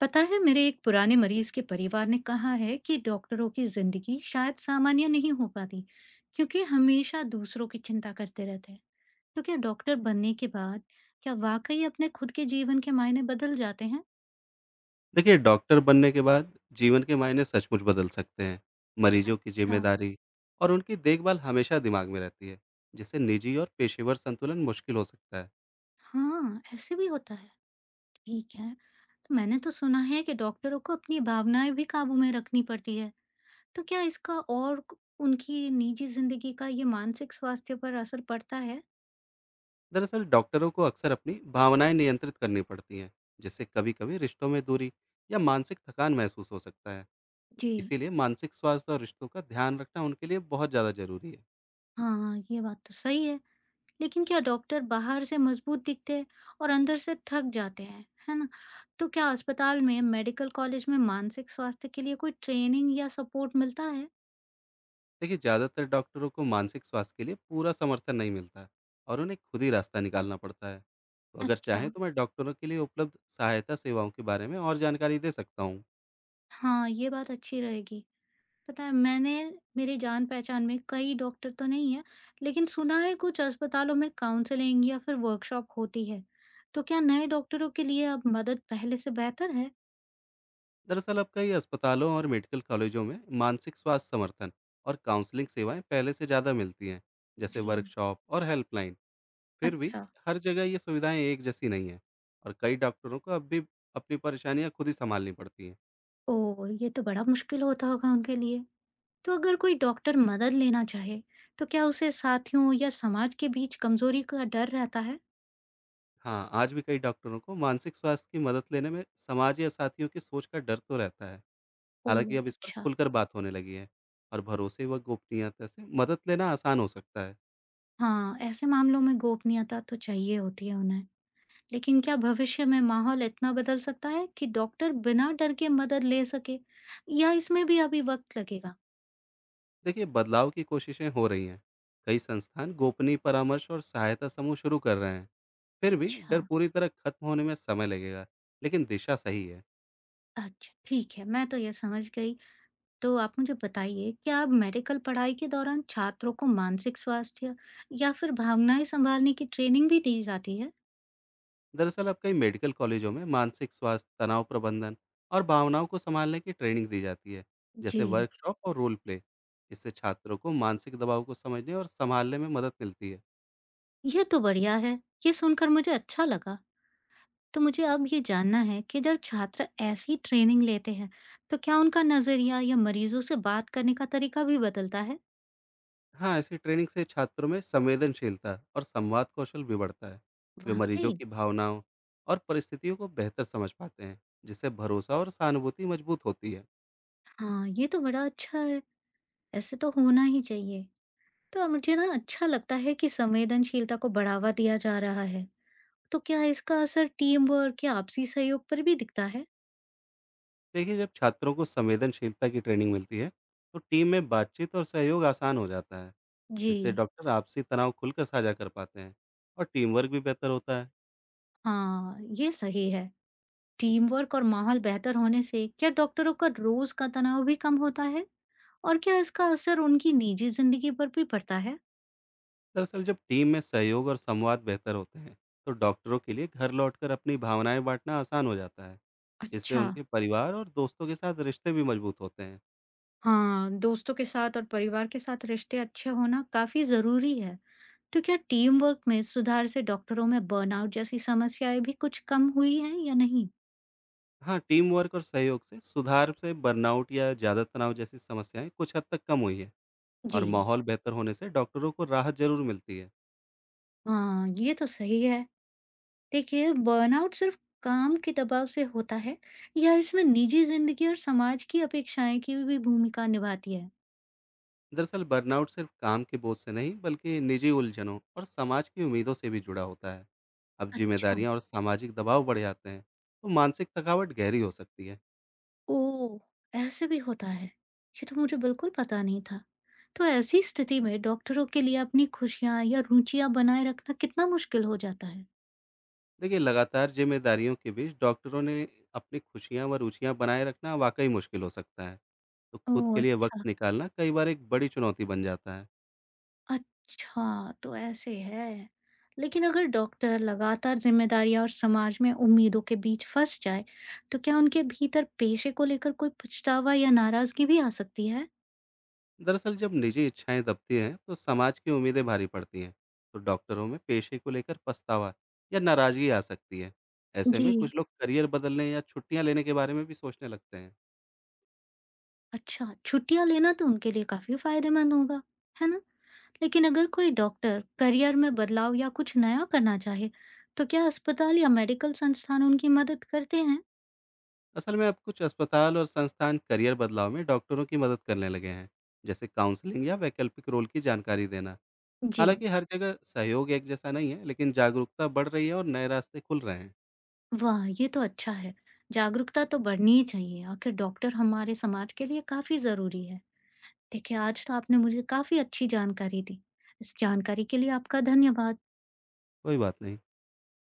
पता है, मेरे एक पुराने मरीज के परिवार ने कहा है कि डॉक्टरों की जिंदगी शायद सामान्य नहीं हो पाती क्योंकि हमेशा दूसरों की चिंता करते रहते हैं। तो क्या डॉक्टर बनने के बाद क्या वाकई अपने खुद के जीवन के मायने बदल जाते हैं? देखिए, डॉक्टर बनने के बाद जीवन के मायने सचमुच बदल सकते हैं। मरीजों की अच्छा। ज़िम्मेदारी और उनकी देखभाल हमेशा दिमाग में रहती है, जिससे निजी और पेशेवर संतुलन मुश्किल हो सकता है। हाँ, ऐसे भी होता है। ठीक है। तो मैंने तो सुना है कि डॉक्टरों को अपनी भावनाएं भी काबू में रखनी पड़ती है, तो क्या इसका और उनकी निजी जिंदगी का ये मानसिक स्वास्थ्य पर असर पड़ता है? दरअसल डॉक्टरों को अक्सर अपनी भावनाएँ नियंत्रित करनी पड़ती हैं, जिससे कभी-कभी रिश्तों में दूरी या मानसिक थकान महसूस हो सकता है। जी। इसीलिए मानसिक स्वास्थ्य और रिश्तों का ध्यान रखना उनके लिए बहुत ज़्यादा ज़रूरी है। हाँ, ये बात तो सही है। लेकिन क्या डॉक्टर बाहर से मजबूत दिखते हैं और अंदर से थक जाते हैं, है ना? तो क्या अस्पताल में, मेडिकल कॉलेज में मानसिक स्वास्थ्य के लिए कोई ट्रेनिंग या सपोर्ट मिलता है? देखिए, ज़्यादातर डॉक्टरों को मानसिक स्वास्थ्य के लिए पूरा समर्थन नहीं मिलता और उन्हें खुद ही रास्ता निकालना पड़ता है। तो अगर अच्छा अच्छा। चाहें तो मैं डॉक्टरों के लिए उपलब्ध सहायता सेवाओं के बारे में और जानकारी दे सकता हूँ। हाँ, ये बात अच्छी रहेगी। पता है, मैंने मेरे जान पहचान में कई डॉक्टर तो नहीं है, लेकिन सुना है कुछ अस्पतालों में काउंसलिंग या फिर वर्कशॉप होती है। तो क्या नए डॉक्टरों के लिए अब मदद पहले से बेहतर है? दरअसल अब कई अस्पतालों और मेडिकल कॉलेजों में मानसिक स्वास्थ्य समर्थन और काउंसलिंग सेवाएं पहले से ज़्यादा मिलती हैं, जैसे जी। वर्कशॉप और हेल्पलाइन। फिर भी अच्छा। हर जगह ये सुविधाएं एक जैसी नहीं हैं और कई डॉक्टरों को अब भी अपनी परेशानियां खुद ही संभालनी पड़ती हैं। ओह, ये तो बड़ा मुश्किल होता होगा उनके लिए। तो अगर कोई डॉक्टर मदद लेना चाहे तो क्या उसे साथियों या समाज के बीच कमजोरी का डर रहता है? हाँ, आज भी कई डॉक्टरों को मानसिक स्वास्थ्य की मदद लेने में समाज या साथियों की सोच का डर तो रहता है। हालांकि ओह अब इस पर अच्छा। खुलकर बात होने लगी है और भरोसे व गोपनीयता से मदद लेना आसान हो सकता है। हाँ, ऐसे मामलों में गोपनीयता तो चाहिए होती है उन्हें। लेकिन क्या भविष्य में माहौल इतना बदल सकता है कि डॉक्टर बिना डर के मदद ले सके, या इसमें भी अभी वक्त लगेगा? देखिए, बदलाव की कोशिशें हो रही हैं। कई संस्थान गोपनीय परामर्श और सहायता समूह शुरू कर रहे हैं। फिर भी अच्छा। डर पूरी तरह खत्म होने में समय लगेगा, लेकिन दिशा सही है। अच्छा ठीक है, मैं तो ये समझ गई। तो आप मुझे बताइए, क्या आप मेडिकल पढ़ाई के दौरान छात्रों को मानसिक स्वास्थ्य या फिर भावनाएं संभालने की ट्रेनिंग भी दी जाती है? दरअसल अब कई मेडिकल कॉलेजों में मानसिक स्वास्थ्य, तनाव प्रबंधन और भावनाओं को संभालने की ट्रेनिंग दी जाती है, जी। जैसे वर्कशॉप और रोल प्ले। इससे छात्रों को मानसिक दबाव को समझने और संभालने में मदद मिलती है। यह तो बढ़िया है। ये सुनकर मुझे अच्छा लगा। तो मुझे अब ये जानना है कि जब छात्र ऐसी ट्रेनिंग लेते हैं, तो क्या उनका नज़रिया या मरीजों से बात करने का तरीका भी बदलता है? हाँ, ऐसी ट्रेनिंग से छात्रों में संवेदनशीलता और संवाद कौशल भी बढ़ता है। वे वाकई? मरीजों की भावनाओं और परिस्थितियों को बेहतर समझ पाते हैं, जिससे भरोसा और सहानुभूति मजबूत होती है। हाँ, ये तो बड़ा अच्छा है। ऐसे तो होना ही चाहिए। तो अब मुझे ना अच्छा लगता है कि संवेदनशीलता को बढ़ावा दिया जा रहा है। तो क्या इसका असर टीम वर्क या आपसी सहयोग पर भी दिखता है? देखिए, जब छात्रों को संवेदनशीलता की ट्रेनिंग मिलती है तो टीम में बातचीत और सहयोग आसान हो जाता है। इससे जी। डॉक्टर आपसी तनाव खुलकर साझा कर पाते हैं और टीम वर्क भी बेहतर होता है। हाँ, ये सही है। टीम वर्क और माहौल बेहतर होने से क्या डॉक्टरों का रोज का तनाव भी कम होता है? और क्या इसका असर उनकी निजी जिंदगी पर भी पड़ता है? दरअसल जब टीम में सहयोग और संवाद बेहतर होते हैं तो डॉक्टरों के लिए घर लौटकर अपनी भावनाएं बांटना आसान हो जाता है। इससे अच्छा। उनके परिवार और दोस्तों के साथ रिश्ते भी मजबूत होते हैं। हाँ, दोस्तों के साथ और परिवार के साथ रिश्ते अच्छे होना काफी जरूरी है। तो क्या टीम वर्क में सुधार से डॉक्टरों में बर्नआउट जैसी समस्याएं भी कुछ कम हुई हैं या नहीं? हाँ, टीम वर्क और सहयोग से सुधार से बर्नआउट या ज़्यादा तनाव जैसी समस्याएं कुछ हद तक कम हुई है जी। और माहौल बेहतर होने से डॉक्टरों को राहत जरूर मिलती है। हाँ, ये तो सही है। देखिए, बर्नआउट सिर्फ काम के दबाव से होता है या इसमें निजी जिंदगी और समाज की अपेक्षाएं की भी भूमिका निभाती है? दरअसल बर्नआउट सिर्फ काम के बोझ से नहीं, बल्कि निजी उलझनों और समाज की उम्मीदों से भी जुड़ा होता है। अब अच्छा। जिम्मेदारियाँ और सामाजिक दबाव बढ़ जाते हैं तो मानसिक थकावट गहरी हो सकती है। ओह! ऐसे भी होता है। ये तो मुझे बिल्कुल पता नहीं था। तो ऐसी स्थिति में डॉक्टरों के लिए अपनी खुशियाँ या रुचियाँ बनाए रखना कितना मुश्किल हो जाता है? देखिए, लगातार जिम्मेदारियों के बीच डॉक्टरों ने अपनी खुशियाँ व रुचियाँ बनाए रखना वाकई मुश्किल हो सकता है। तो खुद ओह के लिए वक्त अच्छा, निकालना कई बार एक बड़ी चुनौती बन जाता है। अच्छा तो ऐसे है। लेकिन अगर डॉक्टर लगातार ज़िम्मेदारियाँ और समाज में उम्मीदों के बीच फँस जाए, तो क्या उनके भीतर पेशे को लेकर कोई पछतावा या नाराज़गी भी आ सकती है? दरअसल जब निजी इच्छाएं दबती हैं तो समाज की उम्मीदें भारी पड़ती हैं, तो डॉक्टरों में पेशे को लेकर पछतावा या नाराजगी आ सकती है। ऐसे में जी। कुछ लोग करियर बदलने या छुट्टियां लेने के बारे में भी सोचने लगते हैं। अच्छा, छुट्टियाँ लेना तो उनके लिए काफ़ी फ़ायदेमंद होगा, है ना? लेकिन अगर कोई डॉक्टर करियर में बदलाव या कुछ नया करना चाहे, तो क्या अस्पताल या मेडिकल संस्थान उनकी मदद करते हैं? असल में अब कुछ अस्पताल और संस्थान करियर बदलाव में डॉक्टरों की मदद करने लगे हैं, जैसे काउंसलिंग या वैकल्पिक रोल की जानकारी देना। जी। हालांकि हर जगह सहयोग एक जैसा नहीं है, लेकिन जागरूकता बढ़ रही है और नए रास्ते खुल रहे हैं। वाह! ये तो अच्छा है। जागरूकता तो बढ़नी ही चाहिए। आखिर डॉक्टर हमारे समाज के लिए काफ़ी ज़रूरी है। देखिए, आज तो आपने मुझे काफ़ी अच्छी जानकारी दी। इस जानकारी के लिए आपका धन्यवाद। कोई बात नहीं।